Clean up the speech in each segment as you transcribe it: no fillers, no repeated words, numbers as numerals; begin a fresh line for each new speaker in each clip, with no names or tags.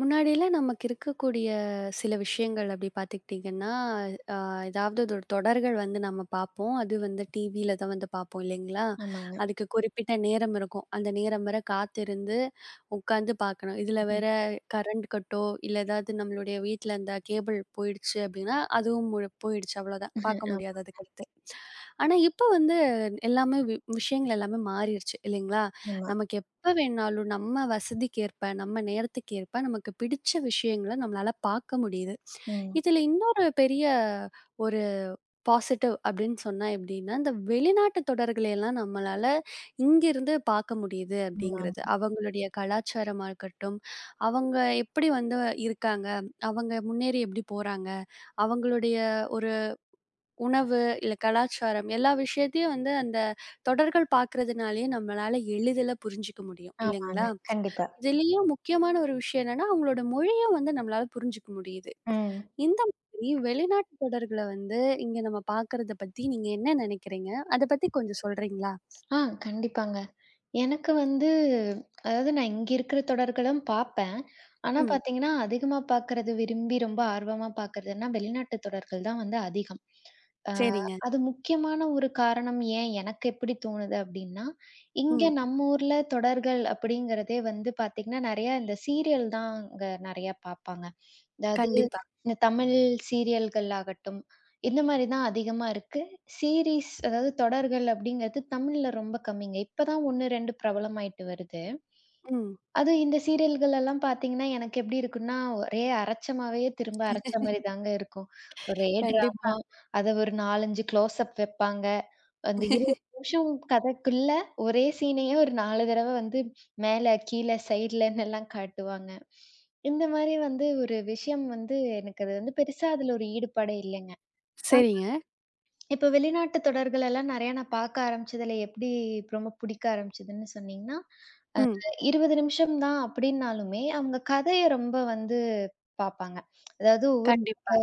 முன்னாடிலாம் நமக்கு இருக்கக்கூடிய சில விஷயங்கள் அப்படி பார்த்துக்கிட்டிங்கன்னா, அ ஏதாவது ஒரு தொடர்கள் வந்து நம்ம பார்ப்போம். அது வந்து டிவியில தான் வந்து பார்ப்போம் இல்லைங்களா?
ஆமாங்க.
அதுக்கு குறிப்பிட்ட நேரம் இருக்கும். அந்த நேரம் வரை காத்திருந்து உட்காந்து பார்க்கணும். இதில
ம்.
வேற கரண்ட் கட்டோ, இல்ல ஏதாவது நம்மளுடைய வீட்ல இந்த கேபிள் போயிடுச்சு அப்படின்னா, அதுவும் போயிடுச்சு அவ்வளோதான். பார்க்க
ஆமா,
முடியாது அதுக்கடுத்து. ஆனா, இப்ப வந்து எல்லாமே வி விஷயங்கள் எல்லாமே மாறிருச்சு இல்லைங்களா?
ஆமா.
நமக்கு எப்ப வேணாலும் நம்ம வசதிக்கேற்ப, நம்ம நேரத்துக்கேற்ப நமக்கு பிடிச்ச விஷயங்கள நம்மளால பார்க்க முடியுது.
ம்.
இதுல இன்னொரு பெரிய ஒரு பாசிட்டிவ் அப்படின்னு சொன்னா எப்படின்னா, இந்த வெளிநாட்டு தொடர்களை எல்லாம் நம்மளால இங்கிருந்து பார்க்க முடியுது
ம்.
அப்படிங்கிறது.
ஆமா.
அவங்களுடைய கலாச்சாரமா இருக்கட்டும், அவங்க எப்படி வந்து இருக்காங்க, அவங்க முன்னேறி எப்படி போறாங்க, அவங்களுடைய ஒரு உணவு, இல்ல கலாச்சாரம் எல்லா விஷயத்தையும் வந்து அந்த தொடர்கள் பார்க்கறதுனாலயே நம்மளால எளிதில புரிஞ்சுக்க முடியும்
ஆமா.
இல்லைங்களா?
கண்டிப்பா.
இதுலயும் முக்கியமான ஒரு விஷயம் என்னன்னா, அவங்களோட மொழியும் வந்து நம்மளால புரிஞ்சுக்க முடியுது.
ம்.
இந்த மாதிரி வெளிநாட்டு தொடர்கள வந்து இங்க நம்ம பார்க்கறத பத்தி நீங்க என்ன நினைக்கிறீங்க? அத பத்தி கொஞ்சம் சொல்றீங்களா?
ஆ கண்டிப்பாங்க. எனக்கு வந்து அதாவது நான் இங்க இருக்கிற தொடர்களும் பார்ப்பேன். ஆனா
ம்.
பார்த்தீங்கன்னா, அதிகமா பார்க்கறது விரும்பி ரொம்ப ஆர்வமா பார்க்கறதுன்னா, வெளிநாட்டு தொடர்கள் தான் வந்து அதிகம். ஆ
சரிங்க.
அது முக்கியமான ஒரு காரணம் ஏன் எனக்கு எப்படி தோணுது அப்படின்னா, இங்க
ம்.
நம்ம ஊர்ல தொடர்கள் அப்படிங்கிறதே வந்து பார்த்தீங்கன்னா, நெறைய இந்த சீரியல் தான் அங்க நெறையா பார்ப்பாங்க. அதாவது
கண்டிப்பா.
இந்த தமிழ் சீரியல்கள் ஆகட்டும், இந்த மாரி தான் அதிகமா இருக்கு. சீரிஸ் அதாவது தொடர்கள் அப்படிங்கிறது தமிழ்ல ரொம்ப கம்மிங்க. இப்ப தான் 1, 2 பிரபலமாயிட்டு வருது.
ம்.
அதுவும் இந்த சீரியல்கள் எல்லாம் பார்த்தீங்கன்னா, எனக்கு எப்படி இருக்கும்னா, ஒரே அரைச்சமாவே திரும்ப அரைச்ச மாரி தாங்க இருக்கும். ஒரே
கண்டிப்பா.
ட்ராமா. அத ஒரு 4, 5 க்ளோஸ் அப் வைப்பாங்க. அந்த 20 நிமிஷம் கதைக்குள்ள ஒரே சீனையே ஒரு 4 தடவ வந்து மேல, கீழ, சைட்லன்னுலாம் காட்டுவாங்க. இந்த மாரி வந்து ஒரு விஷயம் வந்து எனக்கு அது வந்து பெருசா அதுல ஒரு ஈடுபாடே இல்லைங்க.
சரிங்க.
இப்ப வெளிநாட்டு தொடர்கள் எல்லாம் நெறையா நான் பார்க்க ஆரம்பிச்சதுல எப்படி ரொம்ப புடிக்க ஆரம்பிச்சதுன்னு சொன்னீங்கன்னா,
ம்.
20 நிமிஷம் தான் அப்படின்னாலுமே, அவங்க கதைய ரொம்ப வந்து பாப்பாங்க. அதாவது ஒவ்வொருத்தங்க
கண்டிப்பா.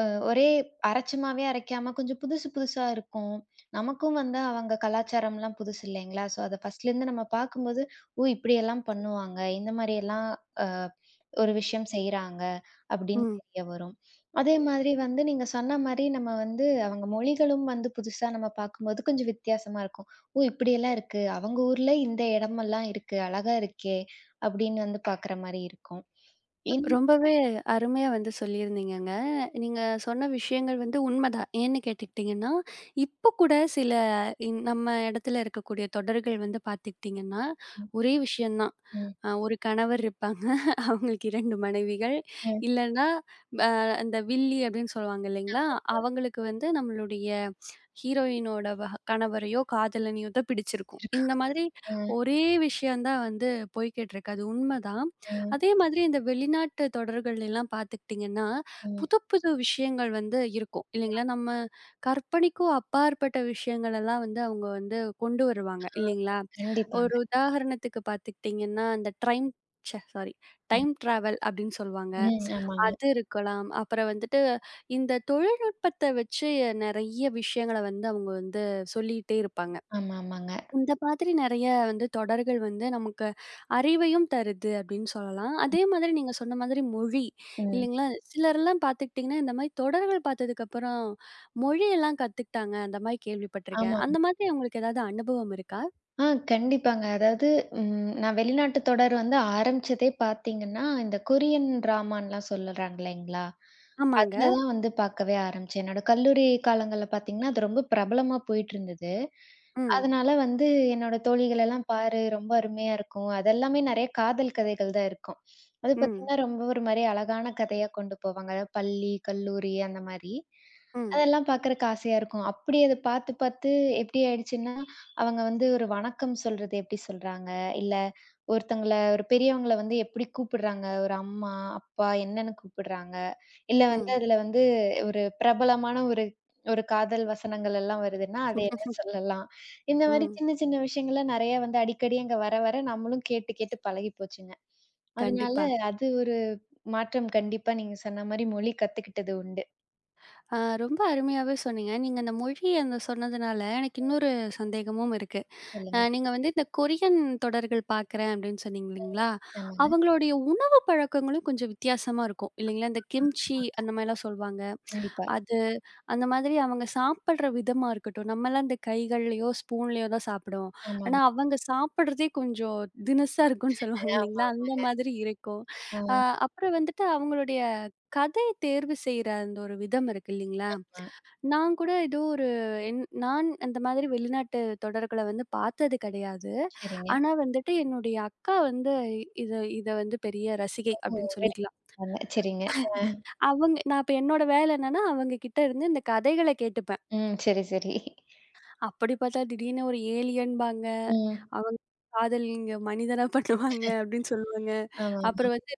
அ ஒரே அரைச்ச மாவே அரைக்காம கொஞ்சம் புதுசு புதுசா இருக்கும். நமக்கும் வந்து அவங்க கலாச்சாரம்லாம் புதுசு இல்லைங்களா? ஸோ அத ஃபர்ஸ்ட்லேருந்து நம்ம பார்க்கும்போது, ஓ! இப்படியெல்லாம் பண்ணுவாங்க. இந்த மாரியெல்லாம் அ ஒரு விஷயம் செய்றாங்க அப்படின்னு
ம்.
தெரிய வரும். அதே மாதிரி வந்து நீங்க சொன்ன மாரி நம்ம வந்து அவங்க மொழிகளும் வந்து புதுசா நம்ம பார்க்கும்போது கொஞ்சம் வித்தியாசமா இருக்கும். ஓ! இப்படியெல்லாம் இருக்கு. அவங்க ஊர்ல இந்த இடமெல்லாம் இருக்கு. அழகா இருக்கே! அப்படின்னு வந்து பார்க்குற மாரி இருக்கும். இன்
ரொம்பவே அருமையா வந்து சொல்லியிருந்தீங்கங்க. நீங்க சொன்ன விஷயங்கள் வந்து உண்மதான். ஏன்னு கேட்டுக்கிட்டீங்கன்னா, இப்ப கூட சில நம்ம இடத்துல இருக்கக்கூடிய தொடர்கள் வந்து பார்த்துக்கிட்டீங்கன்னா,
ம்.
ஒரே விஷயம் தான்.
ம்.
ஒரு கணவர் இருப்பாங்க. அவங்களுக்கு 2 மனைவிகள்.
ம்.
இல்லன்னா அ அந்த வில்லி அப்படின்னு சொல்லுவாங்க இல்லைங்களா? அவங்களுக்கு வந்து நம்மளுடைய ஹீரோயினோட கணவரையோ, காதலனையோ தான் பிடிச்சிருக்கும்.
வச்சிருக்கா.
இந்த மாதிரி
அ,
ஒரே விஷயம் தான் வந்து போய்க்கிட்டு இருக்கு. அது உண்மதான்.
அ,
அதே மாதிரி இந்த வெளிநாட்டு தொடர்கள் எல்லாம் பார்த்துக்கிட்டிங்கன்னா,
ம்.
புது புது விஷயங்கள் வந்து இருக்கும். இல்லைங்களா? நம்ம கற்பனைக்கும் அப்பாற்பட்ட விஷயங்கள் எல்லாம் வந்து அவங்க வந்து கொண்டு வருவாங்க. இல்லைங்களா? ஒரு
கண்டிப்பாங்க.
உதாரணத்துக்கு பார்த்துக்கிட்டிங்கன்னா, அந்த ட்ரைம் ச்ச சாரி
ம்.
டைம் ட்ராவல் அப்படின்னு சொல்லுவாங்க.
ம். ஆமாங்க.
அது இருக்கலாம். அப்புறம் வந்துட்டு இந்த தொழில்நுட்பத்த வச்சு நெறைய விஷயங்கள வந்து அவங்க வந்து சொல்லிட்டே இருப்பாங்க.
ஆமா, ஆமாங்க.
இந்த மாதிரி நெறைய வந்து தொடர்கள் வந்து நமக்கு அறிவையும் தருது அப்படின்னு சொல்லலாம். அதே மாதிரி நீங்க சொன்ன மாதிரி மொழி
ம்.
இல்லைங்களா? சிலர்லாம் பார்த்துக்கிட்டிங்கன்னா, இந்த மாரி தொடர்கள் பார்த்ததுக்கப்புறம் மொழியெல்லாம் கத்துக்கிட்டாங்க. அந்த மாரி
ஆமா.
கேள்விப்பட்டுருக்கேன். அந்த மாதிரி உங்களுக்கு ஏதாவது அனுபவம் இருக்கா?
ஆ கண்டிப்பாங்க. அதாவது நான் வெளிநாட்டு தொடர் வந்து ஆரம்பிச்சதே பார்த்தீங்கன்னா, இந்த கொரியன் டிராமான்லாம் சொல்லுறாங்க இல்லைங்களா?
ஆமாங்க.
அதுல தான் வந்து பார்க்கவே ஆரம்பிச்சேன். என்னோட கல்லூரி காலங்கள்ல பார்த்தீங்கன்னா, அது ரொம்ப பிரபலமா போயிட்டுருந்தது.
ம்.
அதனால வந்து என்னோட தோழிகள் எல்லாம் பாரு ரொம்ப அருமையா இருக்கும். அதெல்லாமே நெறைய காதல் கதைகள் தான் இருக்கும். அது
ம்.
பார்த்தீங்கன்னா, ரொம்ப ஒரு மாரி அழகான கதையா கொண்டு போவாங்க. அதாவது பள்ளி, கல்லூரி அந்த மாரி.
ம்.
அதெல்லாம் பார்க்கறக்கு ஆசையா இருக்கும். அப்படி அத பார்த்து பார்த்து எப்படி ஆயிடுச்சுன்னா, அவங்க வந்து ஒரு வணக்கம் சொல்றது எப்படி சொல்றாங்க, இல்ல ஒருத்தங்கள ஒரு பெரியவங்கள வந்து எப்படி கூப்பிடுறாங்க. ஒரு அம்மா, அப்பா என்னன்னு கூப்பிடுறாங்க. இல்ல வந்து
ம்.
அதுல வந்து ஒரு பிரபலமான ஒரு ஒரு காதல் வசனங்கள் எல்லாம் வருதுன்னா, அத என்ன சொல்லலாம்? இந்த மாரி
ம்.
சின்ன சின்ன விஷயங்கள்ல நெறைய வந்து அடிக்கடி அங்க வர வர நம்மளும் கேட்டு கேட்டு பழகி போச்சுங்க. அதனால
கண்டிப்பா.
அது ஒரு மாற்றம் கண்டிப்பா நீங்க சொன்ன மாரி மொழி கத்துக்கிட்டது உண்டு.
ஆ ரொம்ப அருமையாவே சொன்னீங்க. நீங்க அந்த மொழி அந்த சொன்னதுனால எனக்கு இன்னொரு சந்தேகமும் இருக்கு.
சொல்லுங்க.
நீங்க வந்து இந்த கொரியன் தொடர்கள் பார்க்குறேன் அப்படின்னு சொன்னீங்க
ம்.
இல்லைங்களா?
ஆமாங்க.
அவங்களுடைய உணவு பழக்கங்களும் கொஞ்சம் வித்தியாசமா இருக்கும் இல்லைங்களா? இந்த கிம்ச்சி அந்த மாரிலாம் சொல்வாங்க.
கண்டிப்பா.
அது அந்த மாதிரி அவங்க சாப்பிடுற விதமா இருக்கட்டும். நம்மலாம் இந்த கைகள்லயோ, ஸ்பூன்லயோ தான் சாப்பிடுவோம். ஆனா
ஆமாங்க.
அவங்க சாப்பிடுறதே கொஞ்சம் தினுசா இருக்கும்ன்னு சொல்லுவாங்க
ஆமா.
இல்லைங்களா? அந்த மாதிரி இருக்கும். அ
ஆமா.
அப்புறம் வந்துட்டு அவங்களுடைய கதை தேர்வு செய்ற அந்த ஒரு விதம் இருக்கு இல்லைங்களா?
ஆ. ஆ.
நான் கூட ஏதோ என் நான் அந்த மாதிரி வெளிநாட்டு தொடர்கள வந்து பார்த்தது கிடையாது.
சரிங்க.
ஆனா வந்துட்டு என்னுடைய அக்கா வந்து இத இத வந்து பெரிய ரசிகை
ஓ!
அப்படின்னு
வெரி
சொல்லிக்கலாம்.
சரிங்க. ஆ.
அவங்க நான் இப்ப என்னோட வேலை என்னன்னா, அவங்க கிட்ட இருந்து இந்த கதைகள கேட்டுப்பேன்.
ம். சரி, சரி.
அப்படி பார்த்தா திடீர்னு ஒரு ஏலியன்பாங்க.
ம்.
அவங்க காதல் இங்க மனிதனா பண்ணுவாங்க அப்படின்னு சொல்லுவாங்க.
ஆமாமா.
அப்புறம் வந்து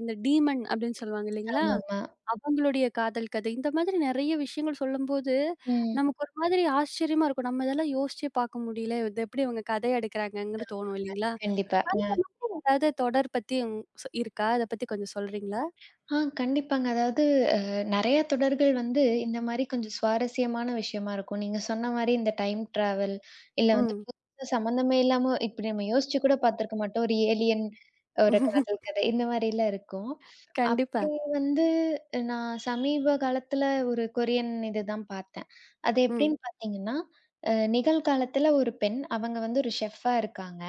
அந்த டீமன் அப்படின்னு சொல்லுவாங்க இல்லைங்களா?
ஆமாமா.
அவங்களுடைய காதல் கதை. இந்த மாதிரி நெறைய விஷயங்கள் சொல்லும்போது,
ம்.
நமக்கு ஒரு மாதிரி ஆச்சரியமா இருக்கும். நம்ம இதெல்லாம் யோசிச்சே பார்க்க முடியல. இது எப்படி இவங்க கதை எடுக்குறாங்கன்னு தோணும் இல்லைங்களா?
கண்டிப்பா.
இந்த
அ.
மாதிரி ஏதாவது தொடர் பத்தி உங் சொ இருக்கா? அத பத்தி கொஞ்சம் சொல்றீங்களா?
கண்டிப்பாங்க. அதாவது அ நெறைய தொடர்கள் வந்து இந்த மாரி கொஞ்சம் சுவாரஸ்யமான விஷயமா இருக்கும். நீங்க சொன்ன மாரி இந்த டைம் டிராவல் இல்ல வந்து
ம்.
புதுசா சம்மந்தமே இல்லாம இப்படி நம்ம யோசிச்சு கூட பார்த்திருக்க மாட்டோம். ஒரு ஏலியன் ஒரு காதல் கதை இந்த மாரிலாம் இருக்கும்.
கண்டிப்பா.
அப்படி வந்து நான் சமீப காலத்துல ஒரு கொரியன் இதுதான் பார்த்தேன். அது
ம்.
எப்படின்னு பார்த்தீங்கன்னா, நிகழ்காலத்துல ஒரு பெண் அவங்க வந்து ஒரு ஷெஃப்பா இருக்காங்க.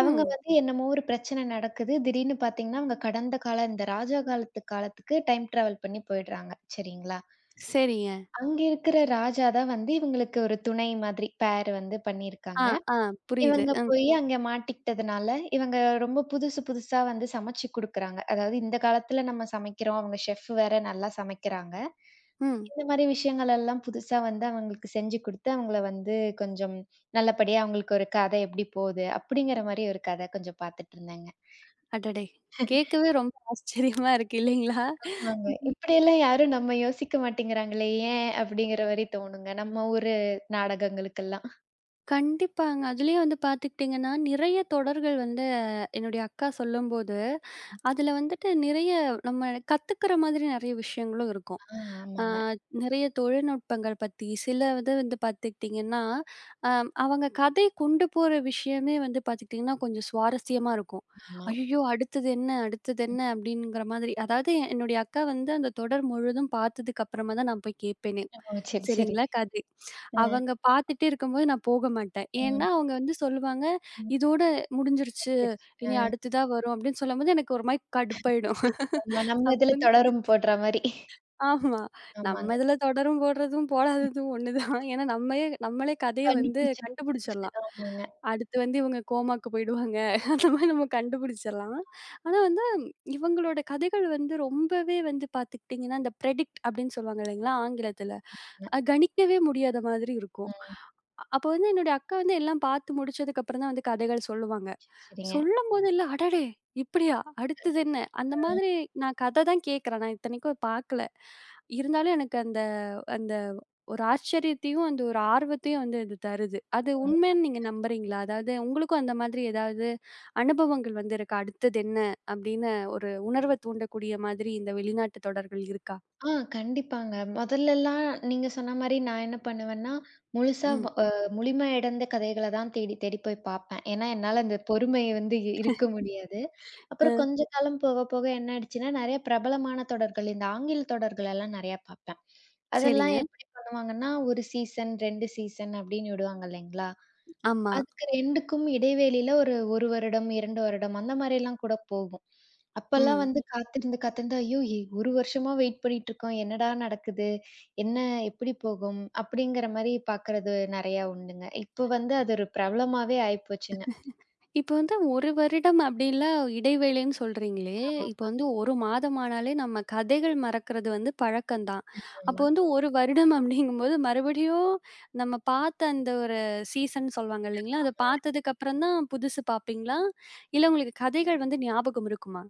அவங்க
ம்.
வந்து என்னமோ ஒரு பிரச்சனை நடக்குது. திடீர்னு பார்த்தீங்கன்னா, அவங்க கடந்த கால இந்த ராஜா காலத்து காலத்துக்கு டைம் டிராவல் பண்ணி போயிடுறாங்க. சரிங்களா?
சரிங்க.
அங்க இருக்கிற ராஜா தான் வந்து இவங்களுக்கு ஒரு துணை மாதிரி பேர் வந்து
ஆ,
பண்ணியிருக்காங்க.
ஆ. புரியுது.
இவங்க
ம்.
போய் அங்க மாட்டிக்கிட்டதுனால, இவங்க ரொம்ப புதுசு புதுசா வந்து சமைச்சு குடுக்குறாங்க. அதாவது இந்த காலத்துல நம்ம சமைக்கிறோம். அவங்க செஃப் வேற நல்லா சமைக்கிறாங்க.
ம்.
இந்த மாரி விஷயங்கள் எல்லாம் புதுசா வந்து அவங்களுக்கு செஞ்சு குடுத்து, அவங்கள வந்து கொஞ்சம் நல்லபடியா அவங்களுக்கு ஒரு கதை எப்படி போகுது? அப்படிங்கிற மாரி ஒரு கதை கொஞ்சம் பார்த்துட்டு இருந்தேங்க.
அடடே! கேட்கவே ரொம்ப ஆச்சரியமா இருக்கு இல்லைங்களா?
ஆமாங்க. இப்படியெல்லாம் யாரும் நம்ம யோசிக்க மாட்டேங்கிறாங்களே, ஏன் அப்படிங்கிற மாரி தோணுங்க. நம்ம ஊரு நாடகங்களுக்கெல்லாம்.
கண்டிப்பாங்க. அதுலயும் வந்து பார்த்துக்கிட்டீங்கன்னா, நிறைய தொடர்கள் வந்து என்னுடைய அக்கா சொல்லும்போது அதுல வந்துட்டு நிறைய நம்ம கத்துக்கிற மாதிரி நிறைய விஷயங்களும் இருக்கும்.
ஆ
ஆ
ஆமாங்க.
நிறைய தொழில்நுட்பங்கள் பத்தி, சில இது வந்து பார்த்துக்கிட்டிங்கன்னா, அ அவங்க கதை கொண்டு போற விஷயமே வந்து பார்த்துக்கிட்டிங்கன்னா, கொஞ்சம் சுவாரஸ்யமா இருக்கும்.
ஆமா.
"ஐயய்யோ! அடுத்தது என்ன? அடுத்தது
ம்.
என்ன?" அப்படிங்கிற மாதிரி. அதாவது என்னுடைய அக்கா வந்து அந்த தொடர் முழுதும் பார்த்ததுக்கு அப்புறமா தான் நான் போய் கேட்பேனே.
ஓ! சரி, சரி.
சரிங்களா, கதை.
அ,
அவங்க பார்த்துட்டே இருக்கும்போது நான் போக மாட்டேன்.
ம்.
ஏன்னா அவங்க வந்து சொல்லுவாங்க,
ம்.
"இதோட முடிஞ்சிருச்சு.
புரிஞ்சிருச்சு.
இனி அடுத்ததா வரும் அப்படின்னு சொல்லும்போது எனக்கு ஒரு மாரி கடுப்பாயிடும்.
ஆமா. நம்ம
அப்ப
இதுல
வந்து
தொடரும் போடுற மாரி.
ஆமா.
ஆமாங்க.
நம்ம இதுல தொடரும் போடுறதும், போடாததும் ஒண்ணுதான். ஏன்னா நம்மயே நம்மளே கதைய வந்து
கண்டுபிடிச்சு
கண்டுபிடிச்சிடலாம்.
ஆமாங்க.
அடுத்து வந்து இவங்க கோமாக்கு போயிடுவாங்க. அந்த மாரி நம்ம கண்டுபிடிச்சிடலாம். ஆனா வந்து இவங்களோட கதைகள் வந்து ரொம்பவே வந்து பார்த்துக்கிட்டீங்கன்னா, இந்த பிரெடிக்ட் அப்படின்னு சொல்லுவாங்க இல்லைங்களா? ஆங்கிலத்துல.
ஆமா.
அது கணிக்கவே முடியாத மாதிரி இருக்கும்.
ம்.
அப்ப வந்து என்னுடைய அக்கா வந்து எல்லாம் பார்த்து முடிச்சதுக்கு அப்புறம் தான் வந்து கதைகள் சொல்லுவாங்க.
சரி, சரிங்க.
சொல்லும்போது இல்ல, அடடே! இப்படியா? அடுத்தது என்ன? அந்த
அ, ம்.
மாதிரி நான் கத தான் கேட்குறேன். நான் இத்தனைக்கும் பார்க்கல. இருந்தாலும் எனக்கு அந்த அந்த ஒரு ஆச்சரியத்தையும், அந்த ஒரு ஆர்வத்தையும் வந்து இது தருது. அது உண்மைன்னு
கண்டிப்பா.
நீங்க நம்புறீங்களா? அதாவது உங்களுக்கும் அந்த மாதிரி ஏதாவது அனுபவங்கள் வந்து இருக்கா? அடுத்தது என்ன? அப்படின்னு ஒரு உணர்வ தூண்டக்கூடிய மாதிரி இந்த வெளிநாட்டு தொடர்கள் இருக்கா?
கண்டிப்பாங்க. முதல்லலாம் நீங்க சொன்ன மாரி நான் என்ன பண்ணுவேன்னா, முழுசா வ
ம்.
அ முழுமை அடைந்த கதைகள தான் தேடி தேடி போய் பார்ப்பேன். ஏன்னா, என்னால அந்த பொறுமை வந்து இருக்க முடியாது. அப்புறம்
அ.
கொஞ்ச காலம் போக போக என்ன ஆயிடுச்சுன்னா, நெறைய பிரபலமான தொடர்கள், இந்த ஆங்கில தொடர்களெல்லாம் நெறையா பார்ப்பேன். அதெல்லாம்
சரிங்க.
எப்படி பண்ணுவாங்கன்னா, 1 சீசன், 2 சீசன் அப்படின்னு விடுவாங்க இல்லைங்களா?
ஆமா.
அதுக்கு 2க்கும் இடைவெளியில ஒரு 1 வருடம், 2 வருடம் அந்த மாரிலாம் கூட போகும். அப்பல்லாம்
ம்.
வந்து காத்திருந்து காத்திருந்து, ஐயோ! 1 வருஷமா வெயிட் பண்ணிட்டு இருக்கோம். என்னடா நடக்குது? என்ன எப்படி போகும்? அப்படிங்கிற மாரி பார்க்கறது நெறையா உண்டுங்க. இப்போ வந்து அது ஒரு பிரபலமாவே ஆயிப்போச்சுங்க.
இப்ப வந்து 1 வருடம் அப்படிலாம் இடைவேளைன்னு சொல்றீங்களே,
ஆமா,
இப்ப வந்து 1 மாதம் ஆனாலே நம்ம கதைகள் மறக்கிறது வந்து பழக்கம் தான். அப்போ
ஆமா.
வந்து 1 வருடம் அப்படிங்கும்போது மறுபடியும் நம்ம பார்த்த அந்த ஒரு சீசன் சொல்லுவாங்க இல்லைங்களா? அத பார்த்ததுக்கு அப்புறம் தான் புதுசு பார்ப்பீங்களா? இல்ல உங்களுக்கு கதைகள் வந்து ஞாபகம் இருக்குமா?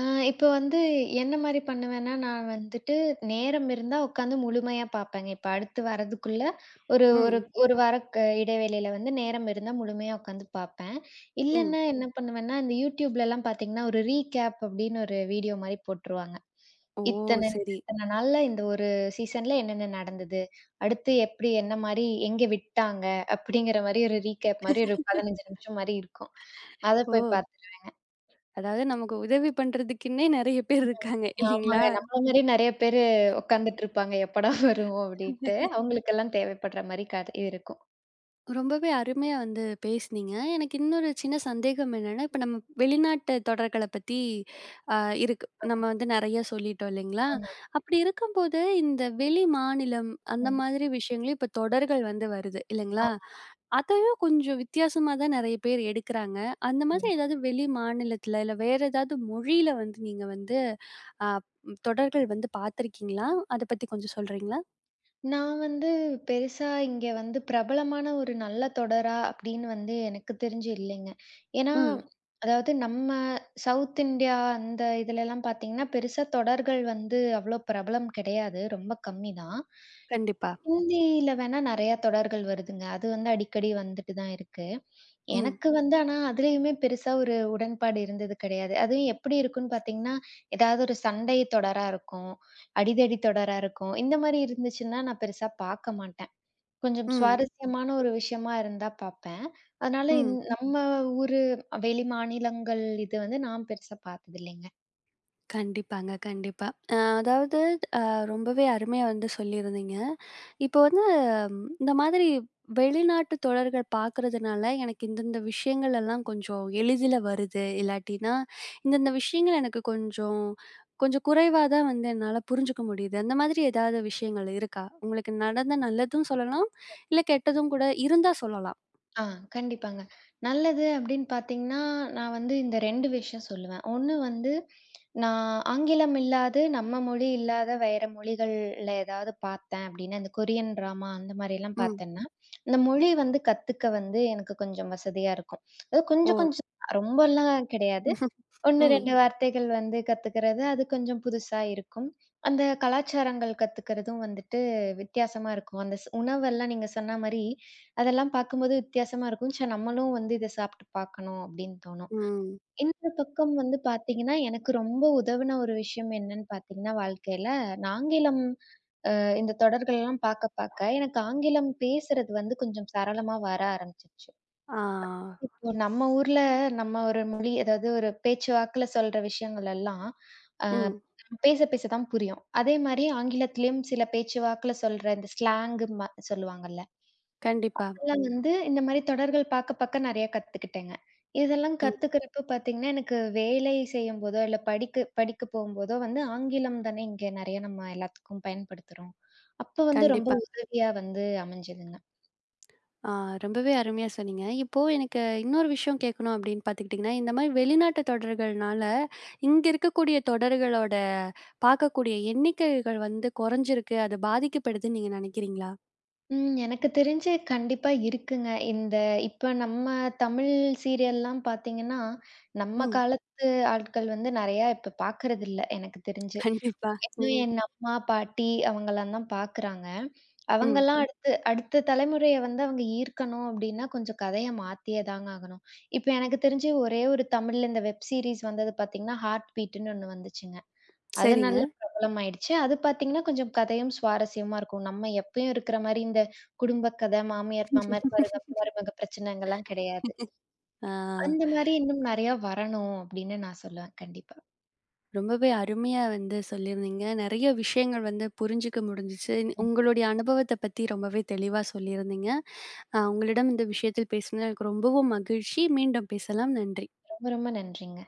ஆ இப்ப வந்து என்ன மாரி பண்ணுவேன்னா, நான் வந்துட்டு நேரம் இருந்தா உட்காந்து முழுமையா பார்ப்பேங்க. இப்ப அடுத்து வரதுக்குள்ள ஒரு ஒரு
ம்,
1 வார க இடைவேளையில வந்து நேரம் இருந்தா முழுமையா உட்காந்து பார்ப்பேன்.
ம்.
இல்லன்னா ம். என்ன பண்ணுவேன்னா, இந்த YouTubeலலாம் பார்த்தீங்கன்னா, ஒரு ரீகேப் அப்படின்னு ஒரு வீடியோ மாரி போட்டுருவாங்க.
ஓ!
இத்தன
சரி.
இத்தன நாள்ல இந்த ஒரு சீசன்ல என்னென்ன நடந்தது? அடுத்து எப்படி என்ன மாரி எங்க விட்டாங்க? அப்படிங்கிற மாரி ஒரு ரீகேப் மாரி ஒரு 15 நிமிஷம் மாரி இருக்கும். அத போய்
ஓ!
பார்த்து
அதாவது நமக்கு உதவி பண்றதுக்குன்னே நெறைய பேர் இருக்காங்க
ஆமாங்க.
இல்லைங்களா?
நம்மள மாரி நெறைய பேரு உட்காந்துட்டு இருப்பாங்க. எப்படா வரும் அப்டின்ட்டு. அவங்களுக்கெல்லாம் தேவைப்படுற மாரி கதை இருக்கும்.
ரொம்பவே அருமையா வந்து பேசுனீங்க. எனக்கு இன்னொரு சின்ன சந்தேகம் என்னன்னா, இப்ப நம்ம வெளிநாட்டு தொடர்கள பத்தி அ இருக்கு. நம்ம வந்து நெறைய சொல்லிட்டோம் இல்லைங்களா?
ஆமா.
அப்படி இருக்கும்போது, இந்த வெளி மாநிலம் அந்த
ம்.
மாதிரி விஷயங்களையும் இப்ப தொடர்கள் வந்து வருது இல்லைங்களா?
ஆமா.
அதையும் கொஞ்சம் வித்தியாசமா தான் நெறைய பேர் எடுக்குறாங்க. அந்த மாதிரி
ஆமா.
ஏதாவது வெளி மாநிலத்துல, இல்ல வேற ஏதாவது மொழியில வந்து நீங்க வந்து அ தொடர்கள் வந்து பார்த்திருக்கீங்களா? அத பத்தி கொஞ்சம் சொல்றீங்களா?
நான் வந்து பெருசா இங்க வந்து பிரபலமான ஒரு நல்ல தொடரா அப்படின்னு வந்து எனக்கு தெரிஞ்சு இல்லைங்க. ஏன்னா,
ம்.
அதாவது நம்ம சவுத் இந்தியா அந்த இதுலலாம் பார்த்தீங்கன்னா, பெருசா தொடர்கள் வந்து அவ்ளோ பிரபலம் கிடையாது. ரொம்ப கம்மி தான்.
கண்டிப்பா.
ஹிந்தியில வேணா நெறையா தொடர்கள் வருதுங்க. அது வந்து அடிக்கடி வந்துட்டு தான் இருக்கு.
ம்.
எனக்கு வந்து ஆனா அதுலயுமே பெருசா ஒரு உடன்பாடு இருந்தது கிடையாது. அதுவும் எப்படி இருக்கும்ன்னு பார்த்தீங்கன்னா, ஏதாவது ஒரு சண்டை தொடரா இருக்கும். அடிதடி தொடரா இருக்கும். இந்த மாரி இருந்துச்சுன்னா நான் பெருசா பார்க்க மாட்டேன். கொஞ்சம்
ம்.
சுவாரஸ்யமான ஒரு விஷயமா இருந்தா பார்ப்பேன். அதனால
ம்.
நம்ம ஊரு வெளி மாநிலங்கள் இது வந்து நான் பெருசா பார்த்ததில்லைங்க.
கண்டிப்பாங்க, கண்டிப்பா. அதாவது அ ரொம்பவே அருமையா வந்து சொல்லியிருந்தீங்க. இப்போ வந்து ம், இந்த மாதிரி வெளிநாட்டு தொடர்கள் பார்க்கறதுனால, எனக்கு இந்தந்த விஷயங்கள் எல்லாம் கொஞ்சம் எளிதில வருது. இல்லாட்டினா, இந்தந்த விஷயங்கள் எனக்கு கொஞ்சம் கொஞ்சம் குறைவா தான் வந்து என்னால புரிஞ்சுக்க முடியுது. அந்த மாதிரி ஏதாவது விஷயங்கள் இருக்கா? உங்களுக்கு நடந்த நல்லதும் சொல்லலாம், இல்ல கெட்டதும் கூட இருந்தா சொல்லலாம்.
ஆ கண்டிப்பாங்க. நல்லது அப்படின்னு பார்த்தீங்கன்னா, நான் வந்து இந்த 2 விஷயம் சொல்லுவேன். ஒண்ணு வந்து, நான் ஆங்கிலம் இல்லாது, நம்ம மொழி இல்லாத வேற மொழிகள்ல ஏதாவது பார்த்தேன் அப்படின்னா, இந்த கொரியன் டிராமா அந்த மாரிலாம்
ம்.
பார்த்தேன்னா, இந்த மொழி வந்து கத்துக்க வந்து எனக்கு கொஞ்சம் வசதியா இருக்கும். அது
ஓ!
கொஞ்சம் கொஞ்சம், ரொம்பலாம் கிடையாது. 1,
ம்.
2 வார்த்தைகள் வந்து கத்துக்கிறது, அது கொஞ்சம் புதுசா இருக்கும். அந்த கலாச்சாரங்கள் கத்துக்கிறதும் வந்துட்டு வித்தியாசமா இருக்கும். அந்த உணவெல்லாம் நீங்க சொன்ன மாரி, அதெல்லாம் பார்க்கும்போது வித்தியாசமா இருக்கும். "ச்சே! நம்மளும் வந்து இத சாப்பிட்டு பார்க்கணும்." அப்படின்னு தோணும்.
ம்.
இந்த பக்கம் வந்து பார்த்தீங்கன்னா, எனக்கு ரொம்ப உதவுன ஒரு விஷயம் என்னன்னு பார்த்தீங்கன்னா, வாழ்க்கையில நான் ஆங்கிலம் இந்த தொடர்கள்லாம் பார்க்க, பார்க்க எனக்கு ஆங்கிலம் பேசுறது வந்து கொஞ்சம் சரளமா வர ஆரம்பிச்சுருச்சு.
ஆ.
இப்போ நம்ம ஊர்ல நம்ம ஒரு மொழி அதாவது ஒரு பேச்சு வாக்குல சொல்ற விஷயங்கள் எல்லாம் ஆ,
ம்.
பேச பேச தான் புரியும். அதே மாரி ஆங்கிலத்திலயும் சில பேச்சு வாக்குல சொல்ற இந்த ஸ்லாங்கு சொல்லுவாங்கல்ல.
கண்டிப்பா.
அதெல்லாம் வந்து இந்த மாரி தொடர்கள் பாக்க பாக்க நெறைய கத்துக்கிட்டேங்க. இதெல்லாம்
ம்.
கத்துக்கிறப்ப பாத்தீங்கன்னா, எனக்கு வேலை செய்யும்போதோ, இல்ல படிக்க படிக்க போகும்போதோ வந்து ஆங்கிலம் தானே இங்க நெறைய நம்ம எல்லாத்துக்கும் பயன்படுத்துறோம். அப்ப வந்து ரொம்ப
கண்டிப்பா.
உதவியா வந்து அமைஞ்சதுங்க.
ஆ ரொம்பவே அருமையா சொன்னீங்க. இப்போ எனக்கு இன்னொரு விஷயம் கேட்கணும் அப்படின்னு பார்த்துக்கிட்டிங்கன்னா, இந்த மாரி வெளிநாட்டு தொடர்கள்னால, இங்க இருக்கக்கூடிய தொடர்களோட பார்க்கக்கூடிய எண்ணிக்கைகள் வந்து குறைஞ்சிருக்கு. அது பாதிக்கப்படுதுன்னு நீங்க நினைக்கிறீங்களா?
ம். எனக்கு தெரிஞ்சு கண்டிப்பா இருக்குங்க. இந்த இப்ப நம்ம தமிழ் சீரியல்லாம் பார்த்தீங்கன்னா, நம்ம
ம்.
காலத்து ஆட்கள் வந்து நெறையா இப்ப பார்க்கறதில்ல எனக்கு தெரிஞ்சு.
கண்டிப்பா.
இன்னும்
ம்.
என் அம்மா, பாட்டி அவங்கலாம் தான் பார்க்குறாங்க.
ம்.
அவங்கலாம் ம். அடுத்து அடுத்த தலைமுறைய வந்து அவங்க ஈர்க்கணும் அப்டின்னா, கொஞ்சம் கதைய மாத்தியே தாங்க ஆகணும். இப்ப எனக்கு தெரிஞ்சு ஒரே ஒரு தமிழ்ல இந்த வெப் சீரிஸ் வந்தது பார்த்தீங்கன்னா, ஹார்ட் பீட்டுன்னு ஒண்ணு வந்துச்சுங்க. அது
சரிங்க.
நல்ல பிரபலமாயிடுச்சு. அது பார்த்தீங்கன்னா, கொஞ்சம் கதையும் சுவாரஸ்யமா இருக்கும். நம்ம எப்பயும் இருக்கிற மாரி இந்த குடும்ப கதை, மாமியார், மாமனார், மருமக, மருமக பிரச்சனைங்கலாம் கிடையாது.
ஆ
அந்த மாரி இன்னும் நெறையா வரணும் அப்படின்னு நான் சொல்லுவேன். கண்டிப்பா.
ரொம்பவே அருமையா வந்து சொல்லியிருந்தீங்க. நெறைய விஷயங்கள் வந்து புரிஞ்சுக்க முடிஞ்சுச்சு. உங்களுடைய அனுபவத்த பத்தி ரொம்பவே தெளிவா சொல்லியிருந்தீங்க. உங்களிடம் இந்த விஷயத்தில் பேசினது எனக்கு ரொம்பவும் மகிழ்ச்சி. மீண்டும் பேசலாம். நன்றி.
ரொம்ப ரொம்ப நன்றிங்க.